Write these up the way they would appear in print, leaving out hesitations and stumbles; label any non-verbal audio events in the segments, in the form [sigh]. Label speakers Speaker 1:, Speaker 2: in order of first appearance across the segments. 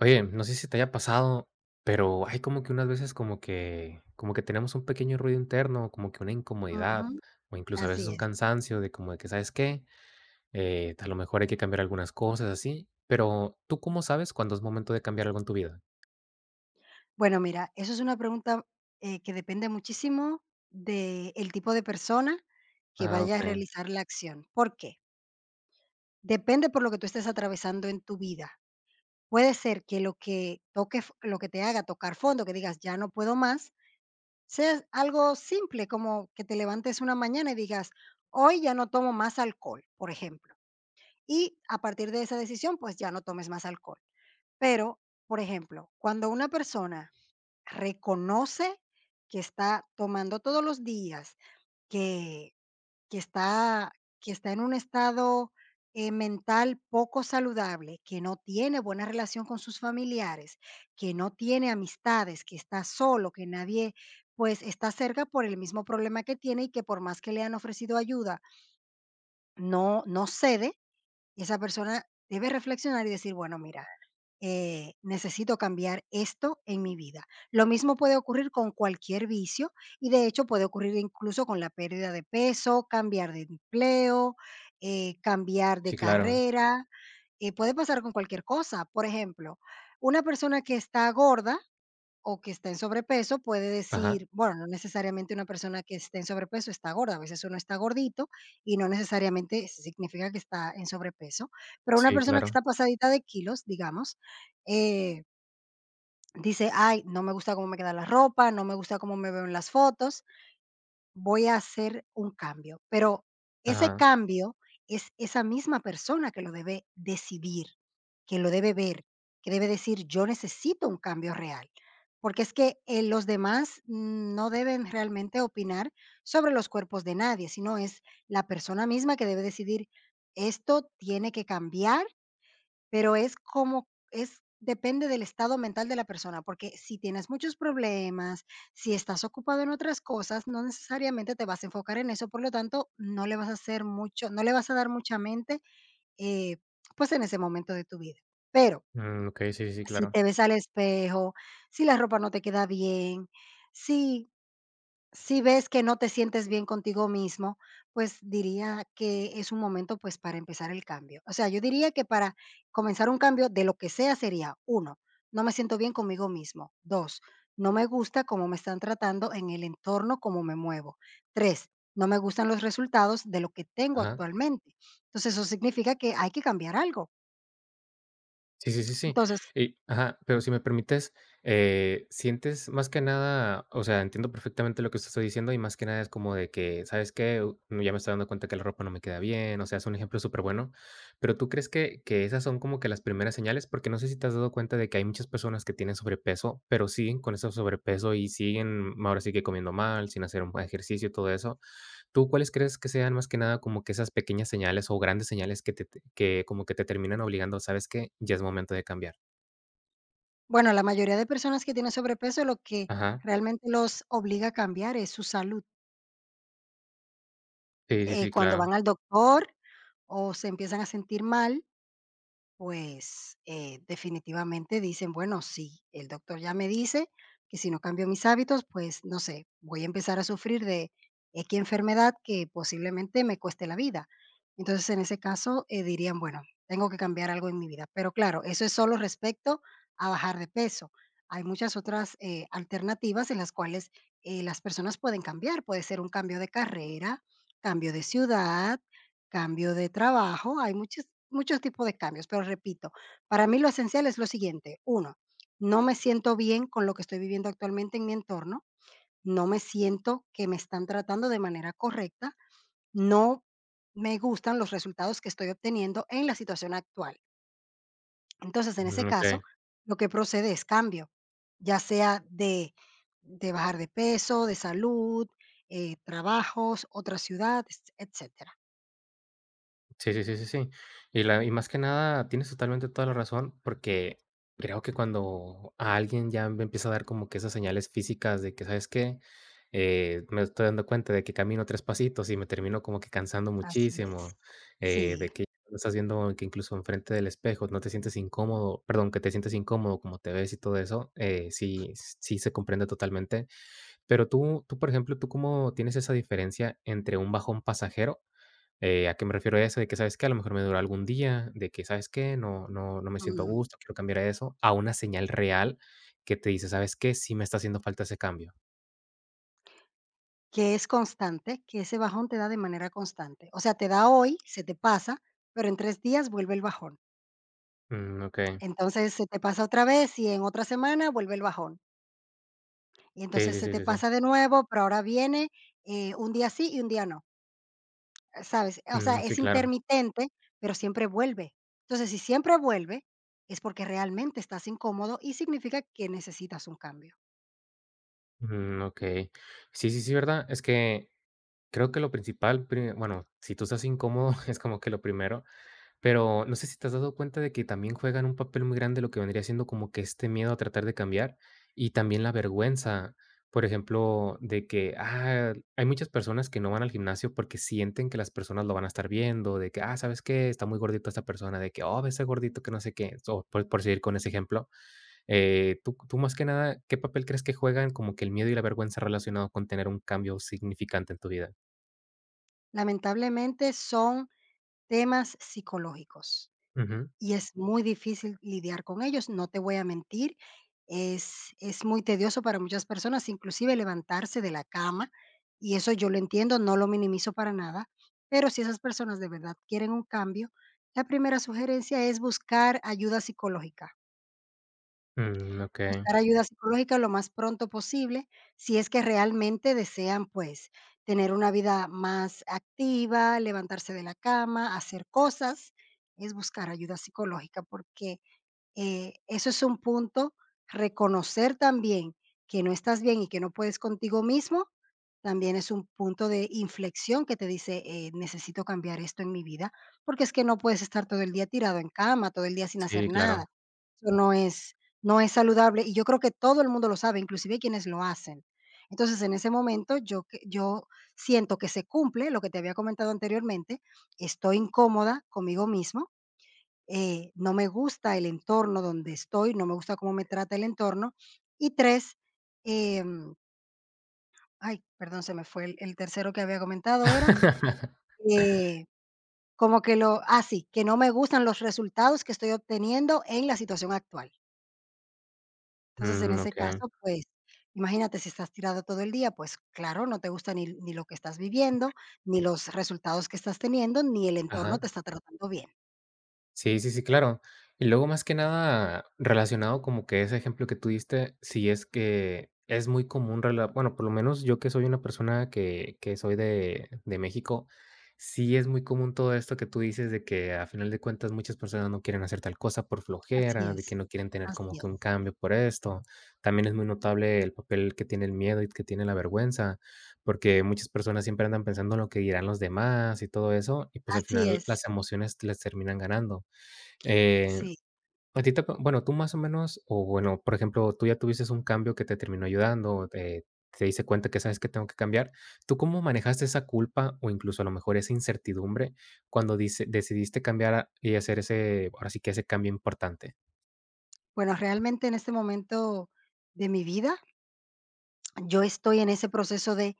Speaker 1: Oye, no sé si te haya pasado, pero hay como que unas veces como que tenemos un pequeño ruido interno, como que una incomodidad,
Speaker 2: Ujú,
Speaker 1: o incluso a veces
Speaker 2: así
Speaker 1: un
Speaker 2: es.
Speaker 1: cansancio de como de que, ¿sabes qué? A lo mejor hay que cambiar algunas cosas así, pero ¿tú cómo sabes cuando es momento de cambiar algo en tu vida?
Speaker 2: Bueno, mira, eso es una pregunta, que depende muchísimo del tipo de persona que
Speaker 1: Ah,
Speaker 2: vaya a
Speaker 1: okey.
Speaker 2: realizar la acción. ¿Por qué? Depende por lo que tú estés atravesando en tu vida. Puede ser que lo que toque f lo que te haga tocar fondo, que digas: "Ya no puedo más", sea algo simple, como que te levantes una mañana y digas: "Hoy ya no tomo más alcohol", por ejemplo. Y a partir de esa decisión, pues, ya no tomes más alcohol. Pero, por ejemplo, cuando una persona reconoce que está tomando todos los días, que que está que está en un estado, mental poco saludable, que no tiene buena relación con sus familiares, que no tiene amistades, que está solo, que nadie, pues, está cerca por el mismo problema que tiene y que por más que le han ofrecido ayuda, no cede. Y esa persona debe reflexionar y decir, bueno, mira, necesito cambiar esto en mi vida. Lo mismo puede ocurrir con cualquier vicio y de hecho puede ocurrir incluso con la pérdida de peso, cambiar de empleo, cambiar de
Speaker 1: Sí, claro.
Speaker 2: carrera, puede pasar con cualquier cosa. Por ejemplo, una persona que está gorda o que está en sobrepeso puede
Speaker 1: Ajá.
Speaker 2: decir, bueno, no necesariamente una persona que esté en sobrepeso está gorda, a veces uno está gordito y no necesariamente significa que está en sobrepeso, pero una
Speaker 1: Sí,
Speaker 2: persona que
Speaker 1: claro.
Speaker 2: está pasadita de kilos, digamos, eh, dice, ay, no me gusta cómo me queda la ropa, no me gusta cómo me veo en las fotos, voy a hacer un cambio, pero ese
Speaker 1: Ajá.
Speaker 2: cambio es esa misma persona que lo debe decidir, que lo debe ver, que debe decir, yo necesito un cambio real, porque es que los demás no deben realmente opinar sobre los cuerpos de nadie, sino es la persona misma que debe decidir, esto tiene que cambiar pero es como es depende del estado mental de la persona, porque si tienes muchos problemas, si estás ocupado en otras cosas, no necesariamente te vas a enfocar en eso, por lo tanto, no le vas a hacer mucho, no le vas a dar mucha mente, eh, pues, en ese momento de tu vida. Pero
Speaker 1: Mm, okey, sí, sí,
Speaker 2: si
Speaker 1: claro.
Speaker 2: te ves al espejo, si la ropa no te queda bien, si si ves que no te sientes bien contigo mismo, pues diría que es un momento, pues, para empezar el cambio. O sea, yo diría que para comenzar un cambio de lo que sea sería, uno, no me siento bien conmigo mismo. 2, no me gusta cómo me están tratando en el entorno, cómo me muevo. 3, no me gustan los resultados de lo que tengo
Speaker 1: Ajá.
Speaker 2: actualmente. Entonces, eso significa que hay que cambiar algo.
Speaker 1: Sí, sí, sí, sí.
Speaker 2: Entonces,
Speaker 1: Y ajá, pero si me permites, sientes más que nada, o sea, entiendo perfectamente lo que usted está diciendo y más que nada es como de que, ¿sabes qué? No, ya me estoy dando cuenta que la ropa no me queda bien, o sea, es un ejemplo súper bueno, pero ¿tú crees que esas son como que las primeras señales? Porque no sé si te has dado cuenta de que hay muchas personas que tienen sobrepeso, pero siguen con ese sobrepeso y siguen ahora sí que comiendo mal, sin hacer un buen ejercicio y todo eso. ¿Tú cuáles crees que sean más que nada como que esas pequeñas señales o grandes señales que te terminan obligando? ¿Sabes que ya es momento de cambiar?
Speaker 2: bueno, la mayoría de personas que tienen sobrepeso, lo que
Speaker 1: Ajá.
Speaker 2: realmente los obliga a cambiar es su salud.
Speaker 1: Sí, sí, sí,
Speaker 2: Cuando
Speaker 1: claro.
Speaker 2: van al doctor o se empiezan a sentir mal, pues, definitivamente dicen: "Bueno, sí, el doctor ya me dice que si no cambio mis hábitos, pues, no sé, voy a empezar a sufrir de equis enfermedad que posiblemente me cueste la vida". Entonces, en ese caso, dirían: "Bueno, tengo que cambiar algo en mi vida". Pero claro, eso es solo respecto a bajar de peso. Hay muchas otras, alternativas en las cuales, las personas pueden cambiar. Puede ser un cambio de carrera, cambio de ciudad, cambio de trabajo, hay muchos muchos tipos de cambios, pero repito, para mí lo esencial es lo siguiente, uno no me siento bien con lo que estoy viviendo actualmente en mi entorno, no me siento que me están tratando de manera correcta, no me gustan los resultados que estoy obteniendo en la situación actual. Entonces, en ese
Speaker 1: Ujú, okey.
Speaker 2: caso, lo que procede es cambio, ya sea de bajar de peso, de salud, trabajos, otra ciudad, etcétera.
Speaker 1: Sí, sí, sí, sí, sí. Y la y más que nada, tienes totalmente toda la razón, porque creo que cuando a alguien ya me empieza a dar como que esas señales físicas de que, ¿sabes qué? Me estoy dando cuenta de que camino 3 pasitos y me termino como que cansando
Speaker 2: Así es.
Speaker 1: muchísimo, de
Speaker 2: Sí.
Speaker 1: que lo estás viendo que incluso enfrente del espejo no te sientes incómodo, perdón, que te sientes incómodo como te ves y todo eso, sí sí se comprende totalmente. Pero tú, por ejemplo, ¿tú cómo tienes esa diferencia entre un bajón pasajero a qué me refiero a eso? De que, ¿sabes qué? A lo mejor me duró algún día, de que, ¿sabes qué? No no no me siento a
Speaker 2: Mm,
Speaker 1: gusto, quiero cambiar a eso, a una señal real que te dice: ¿sabes qué? Sí me está haciendo falta ese cambio.
Speaker 2: que es constante, que ese bajón te da de manera constante. O sea, te da hoy, se te pasa, pero en 3 días vuelve el bajón.
Speaker 1: Mm, okey.
Speaker 2: Entonces, se te pasa otra vez y en otra semana vuelve el bajón. Y
Speaker 1: Sí,
Speaker 2: entonces
Speaker 1: sí,
Speaker 2: se
Speaker 1: sí,
Speaker 2: te
Speaker 1: sí, sí.
Speaker 2: pasa de nuevo, pero ahora viene, un día sí y un día no, ¿sabes? O sea,
Speaker 1: Mm, sí,
Speaker 2: es
Speaker 1: claro.
Speaker 2: intermitente, pero siempre vuelve. Entonces, si siempre vuelve, es porque realmente estás incómodo y significa que necesitas un cambio.
Speaker 1: Mm, okey. Sí, sí, sí, ¿verdad? Es que creo que lo principal, pri bueno, si tú estás incómodo, [laughs] es como que lo primero. Pero no sé si te has dado cuenta de que también juegan un papel muy grande lo que vendría siendo como que este miedo a tratar de cambiar y también la vergüenza. Por ejemplo, de que ah, hay muchas personas que no van al gimnasio porque sienten que las personas lo van a estar viendo, de que, ah, ¿sabes qué? Está muy gordito esta persona, de que, oh, ese gordito que no sé qué, o por seguir con ese ejemplo. Tú, tú más que nada, ¿qué papel crees que juegan como que el miedo y la vergüenza relacionado con tener un cambio significante en tu vida?
Speaker 2: Lamentablemente, son temas psicológicos.
Speaker 1: Ujú.
Speaker 2: Y es muy difícil lidiar con ellos, no te voy a mentir. Es muy tedioso para muchas personas, inclusive levantarse de la cama, y eso yo lo entiendo, no lo minimizo para nada, pero si esas personas de verdad quieren un cambio, la primera sugerencia es
Speaker 1: Mm, ok,
Speaker 2: buscar ayuda psicológica lo más pronto posible, si es que realmente desean, pues, tener una vida más activa, levantarse de la cama, hacer cosas, es buscar ayuda psicológica, porque eso es un punto. Reconocer también que no estás bien y que no puedes contigo mismo, también es un punto de inflexión que te dice, necesito cambiar esto en mi vida, porque es que no puedes estar todo el día tirado en cama, todo el día sin hacer
Speaker 1: sí, claro.
Speaker 2: nada. Eso no es, no es saludable y yo creo que todo el mundo lo sabe, inclusive quienes lo hacen. Entonces, en ese momento, yo, yo siento que se cumple lo que te había comentado anteriormente, estoy incómoda conmigo mismo, no me gusta el entorno donde estoy, no me gusta cómo me trata el entorno. Y tres, em, ay, perdón, se me fue el tercero que había comentado, era
Speaker 1: [laughs]
Speaker 2: eh, como que ah, sí, que no me gustan los resultados que estoy obteniendo en la situación actual. Entonces, en
Speaker 1: Mm,
Speaker 2: ese
Speaker 1: ok.
Speaker 2: caso, pues, imagínate si estás tirado todo el día, pues claro, no te gusta ni lo que estás viviendo, ni los resultados que estás teniendo, ni el entorno
Speaker 1: Ajá.
Speaker 2: te está tratando bien.
Speaker 1: Sí, sí, sí, claro. Y luego, más que nada, relacionado como que ese ejemplo que tú diste, sí es que es muy común, bueno, por lo menos yo que soy una persona que soy de México, sí es muy común todo esto que tú dices de que a final de cuentas muchas personas no quieren hacer tal cosa por
Speaker 2: Así
Speaker 1: flojera, de
Speaker 2: es,
Speaker 1: que no quieren tener como
Speaker 2: así
Speaker 1: que un
Speaker 2: es,
Speaker 1: cambio por esto. También es muy notable el papel que tiene el miedo y que tiene la vergüenza, porque muchas personas siempre andan pensando en lo que dirán los demás y todo eso, y pues al
Speaker 2: así
Speaker 1: final
Speaker 2: es,
Speaker 1: las emociones les terminan ganando. Eh,
Speaker 2: sí.
Speaker 1: a ti te pa bueno, tú más o menos o bueno, por ejemplo, tú ya tuviste un cambio que te terminó ayudando, o te diste cuenta que sabes que tengo que cambiar. ¿Tú cómo manejaste esa culpa o incluso a lo mejor esa incertidumbre cuando dice decidiste cambiar, y hacer ese, ahora sí que ese cambio importante?
Speaker 2: Bueno, realmente en este momento de mi vida, yo estoy en ese proceso de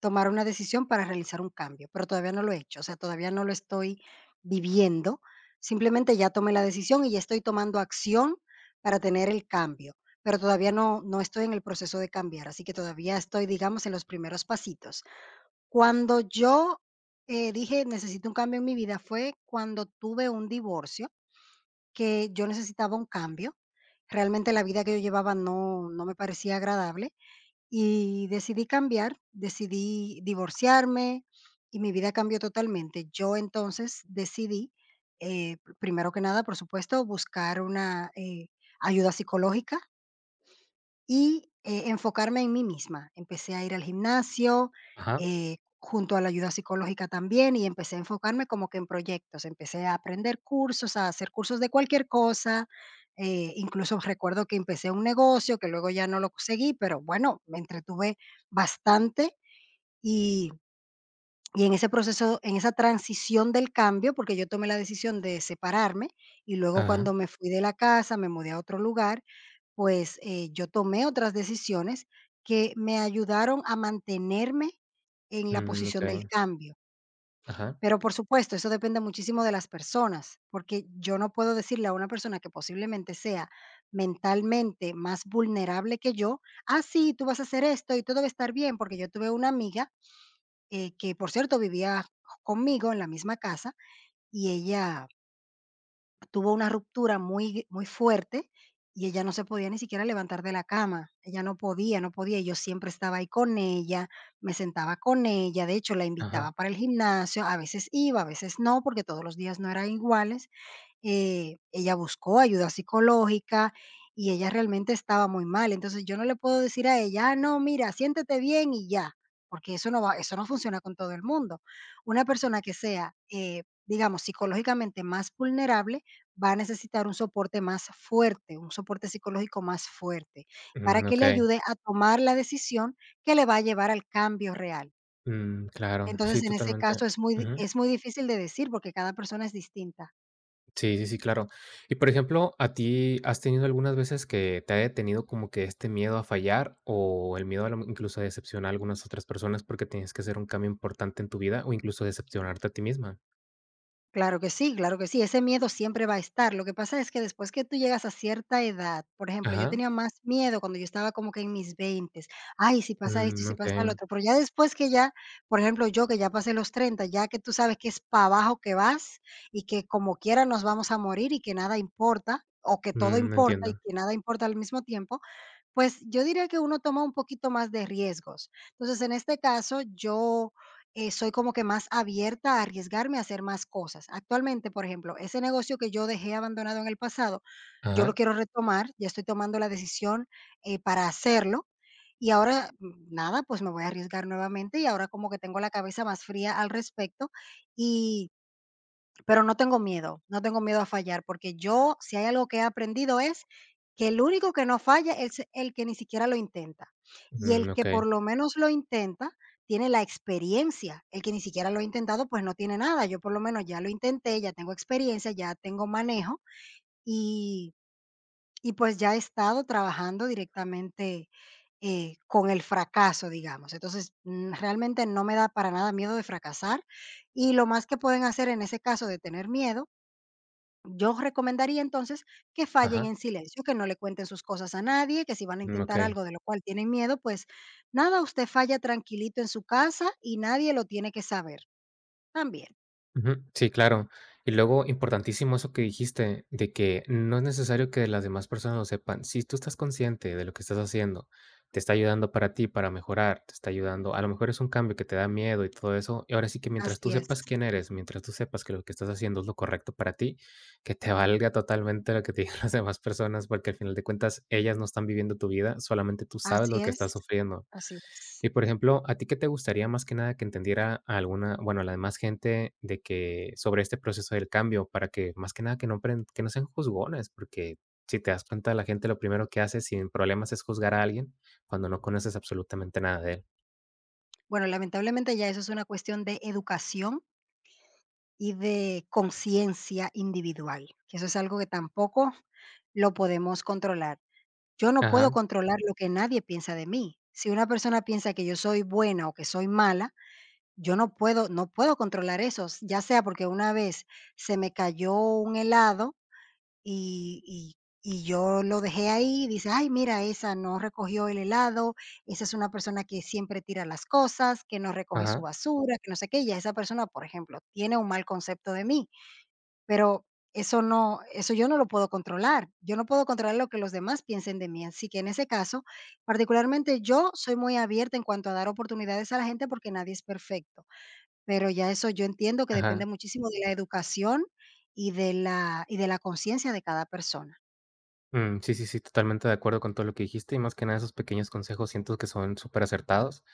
Speaker 2: tomar una decisión para realizar un cambio, pero todavía no lo he hecho, o sea, todavía no lo estoy viviendo. Simplemente ya tomé la decisión y ya estoy tomando acción para tener el cambio, pero todavía no estoy en el proceso de cambiar, así que todavía estoy, digamos, en los primeros pasitos. Cuando yo dije necesito un cambio en mi vida fue cuando tuve un divorcio que yo necesitaba un cambio. Realmente la vida que yo llevaba no me parecía agradable y decidí cambiar, decidí divorciarme y mi vida cambió totalmente. Yo entonces decidí, primero que nada, por supuesto, buscar una ayuda psicológica y, enfocarme en mí misma. Empecé a ir al gimnasio,
Speaker 1: Ajá,
Speaker 2: junto a la ayuda psicológica también, y empecé a enfocarme como que en proyectos. Empecé a aprender cursos, a hacer cursos de cualquier cosa, incluso recuerdo que empecé un negocio, que luego ya no lo seguí, pero bueno, me entretuve bastante y en ese proceso, en esa transición del cambio, porque yo tomé la decisión de separarme, y luego
Speaker 1: ajá,
Speaker 2: cuando me fui de la casa, me mudé a otro lugar, pues, yo tomé otras decisiones que me ayudaron a mantenerme en la
Speaker 1: mm,
Speaker 2: posición
Speaker 1: okey,
Speaker 2: del cambio.
Speaker 1: ajá,
Speaker 2: Pero, por supuesto, eso depende muchísimo de las personas, porque yo no puedo decirle a una persona que posiblemente sea mentalmente más vulnerable que yo: "Ah, sí, tú vas a hacer esto y todo va a estar bien", porque yo tuve una amiga, que, por cierto, vivía conmigo en la misma casa, y ella tuvo una ruptura muy muy fuerte y ella no se podía ni siquiera levantar de la cama. Ella no podía, no podía. Yo siempre estaba ahí con ella, me sentaba con ella, de hecho la
Speaker 1: ajá,
Speaker 2: invitaba para el gimnasio, a veces iba, a veces no, porque todos los días no eran iguales. Ella buscó ayuda psicológica y ella realmente estaba muy mal. Entonces yo no le puedo decir a ella: "Ah, no, mira, siéntete bien y ya", porque eso no va, eso no funciona con todo el mundo. Una persona que sea, digamos, psicológicamente más vulnerable va a necesitar un soporte más fuerte, un soporte psicológico más fuerte, para
Speaker 1: mm,
Speaker 2: que le
Speaker 1: okey,
Speaker 2: ayude a tomar la decisión que le va a llevar al cambio real.
Speaker 1: mm, claro, sí,
Speaker 2: Entonces, en ese
Speaker 1: totalmente.
Speaker 2: caso es muy difícil de decir porque cada persona es distinta.
Speaker 1: Sí, sí, sí, claro. Y por ejemplo, ¿a ti has tenido algunas veces que te haya detenido como que este miedo a fallar o el miedo a lo- incluso a decepcionar a algunas otras personas porque tienes que hacer un cambio importante en tu vida o incluso decepcionarte a ti misma?
Speaker 2: Claro que sí, ese miedo siempre va a estar. Lo que pasa es que después que tú llegas a cierta edad, por ejemplo, yo
Speaker 1: Ajá.
Speaker 2: tenía más miedo cuando yo estaba como que en mis veintes. Ay, si pasa esto y
Speaker 1: Mm,
Speaker 2: si
Speaker 1: ok.
Speaker 2: pasa lo otro, pero ya después que ya, por ejemplo, yo que ya pasé los 30, ya que tú sabes que es para abajo que vas y que como quiera nos vamos a morir y que nada importa o que todo
Speaker 1: Mm,
Speaker 2: importa y
Speaker 1: entiendo.
Speaker 2: que nada importa al mismo tiempo, pues yo diría que uno toma un poquito más de riesgos. Entonces, en este caso, yo, soy como que más abierta a arriesgarme a hacer más cosas. Actualmente, por ejemplo, ese negocio que yo dejé abandonado en el pasado, yo lo
Speaker 1: Ajá.
Speaker 2: quiero retomar, ya estoy tomando la decisión, para hacerlo. Y ahora, nada, pues me voy a arriesgar nuevamente y ahora como que tengo la cabeza más fría al respecto, y pero no tengo miedo, no tengo miedo a fallar, porque yo, si hay algo que he aprendido es que el único que no falla es el que ni siquiera lo intenta. Y
Speaker 1: Mm,
Speaker 2: el que
Speaker 1: ok.
Speaker 2: por lo menos lo intenta tiene la experiencia. El que ni siquiera lo ha intentado, pues no tiene nada. Yo por lo menos ya lo intenté, ya tengo experiencia, ya tengo manejo y, pues ya he estado trabajando directamente con el fracaso, digamos. Entonces, realmente no me da para nada miedo de fracasar y lo más que pueden hacer en ese caso de tener miedo yo recomendaría entonces que fallen
Speaker 1: Ajá.
Speaker 2: en silencio, que no le cuenten sus cosas a nadie, que si van a
Speaker 1: Mm, ok.
Speaker 2: intentar algo de lo cual tienen miedo, pues nada, usted falla tranquilito en su casa y nadie lo tiene que saber también.
Speaker 1: Ujú, sí, claro. Y luego, importantísimo eso que dijiste, de que no es necesario que las demás personas lo sepan. Si tú estás consciente de lo que estás haciendo, te está ayudando para ti, para mejorar, te está ayudando. A lo mejor es un cambio que te da miedo y todo eso. Y ahora sí que mientras tú
Speaker 2: Así es,
Speaker 1: sepas quién eres, mientras tú sepas que lo que estás haciendo es lo correcto para ti, que te valga totalmente lo que te digan [laughs] las demás personas, porque al final de cuentas ellas no están viviendo tu vida, solamente tú sabes
Speaker 2: así
Speaker 1: lo que
Speaker 2: es,
Speaker 1: estás sufriendo.
Speaker 2: así es.
Speaker 1: Y por ejemplo, ¿a ti qué te gustaría más que nada que entendiera a alguna, bueno, a la demás gente de que sobre este proceso del cambio para que más que nada que no que no sean juzgones, porque si te das cuenta, la gente lo primero que hace sin problemas es juzgar a alguien cuando no conoces absolutamente nada de él?
Speaker 2: Bueno, lamentablemente ya eso es una cuestión de educación y de conciencia individual, que eso es algo que tampoco lo podemos controlar. Yo no puedo
Speaker 1: Ajá,
Speaker 2: controlar lo que nadie piensa de mí. Si una persona piensa que yo soy buena o que soy mala, yo no puedo controlar eso, ya sea porque una vez se me cayó un helado y y y yo lo dejé ahí, y dice: "Ay, mira, esa no recogió el helado, esa es una persona que siempre tira las cosas, que no recoge su
Speaker 1: ajá,
Speaker 2: basura, que no sé qué", ya esa persona, por ejemplo, tiene un mal concepto de mí, pero eso yo no lo puedo controlar. Yo no puedo controlar lo que los demás piensen de mí, así que en ese caso, particularmente yo soy muy abierta en cuanto a dar oportunidades a la gente porque nadie es perfecto. Pero ya eso yo entiendo que
Speaker 1: ajá.
Speaker 2: depende muchísimo de la educación y de la conciencia de cada persona.
Speaker 1: Mm, sí, sí, sí, totalmente de acuerdo con todo lo que dijiste y más que nada esos pequeños consejos siento que son súper acertados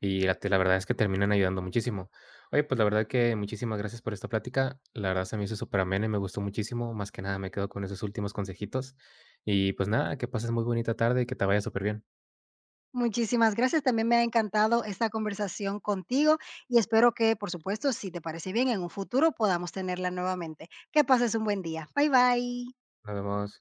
Speaker 1: y la verdad es que terminan ayudando muchísimo. Oye, pues la verdad que muchísimas gracias por esta plática. La verdad se me hizo súper amena y me gustó muchísimo. Más que nada me quedo con esos últimos consejitos. Y pues nada, que pases muy bonita tarde y que te vaya súper bien.
Speaker 2: Muchísimas gracias, también me ha encantado esta conversación contigo y espero que, por supuesto, si te parece bien, en un futuro podamos tenerla nuevamente. Que pases un buen día. Bye, bye.
Speaker 1: Nos vemos.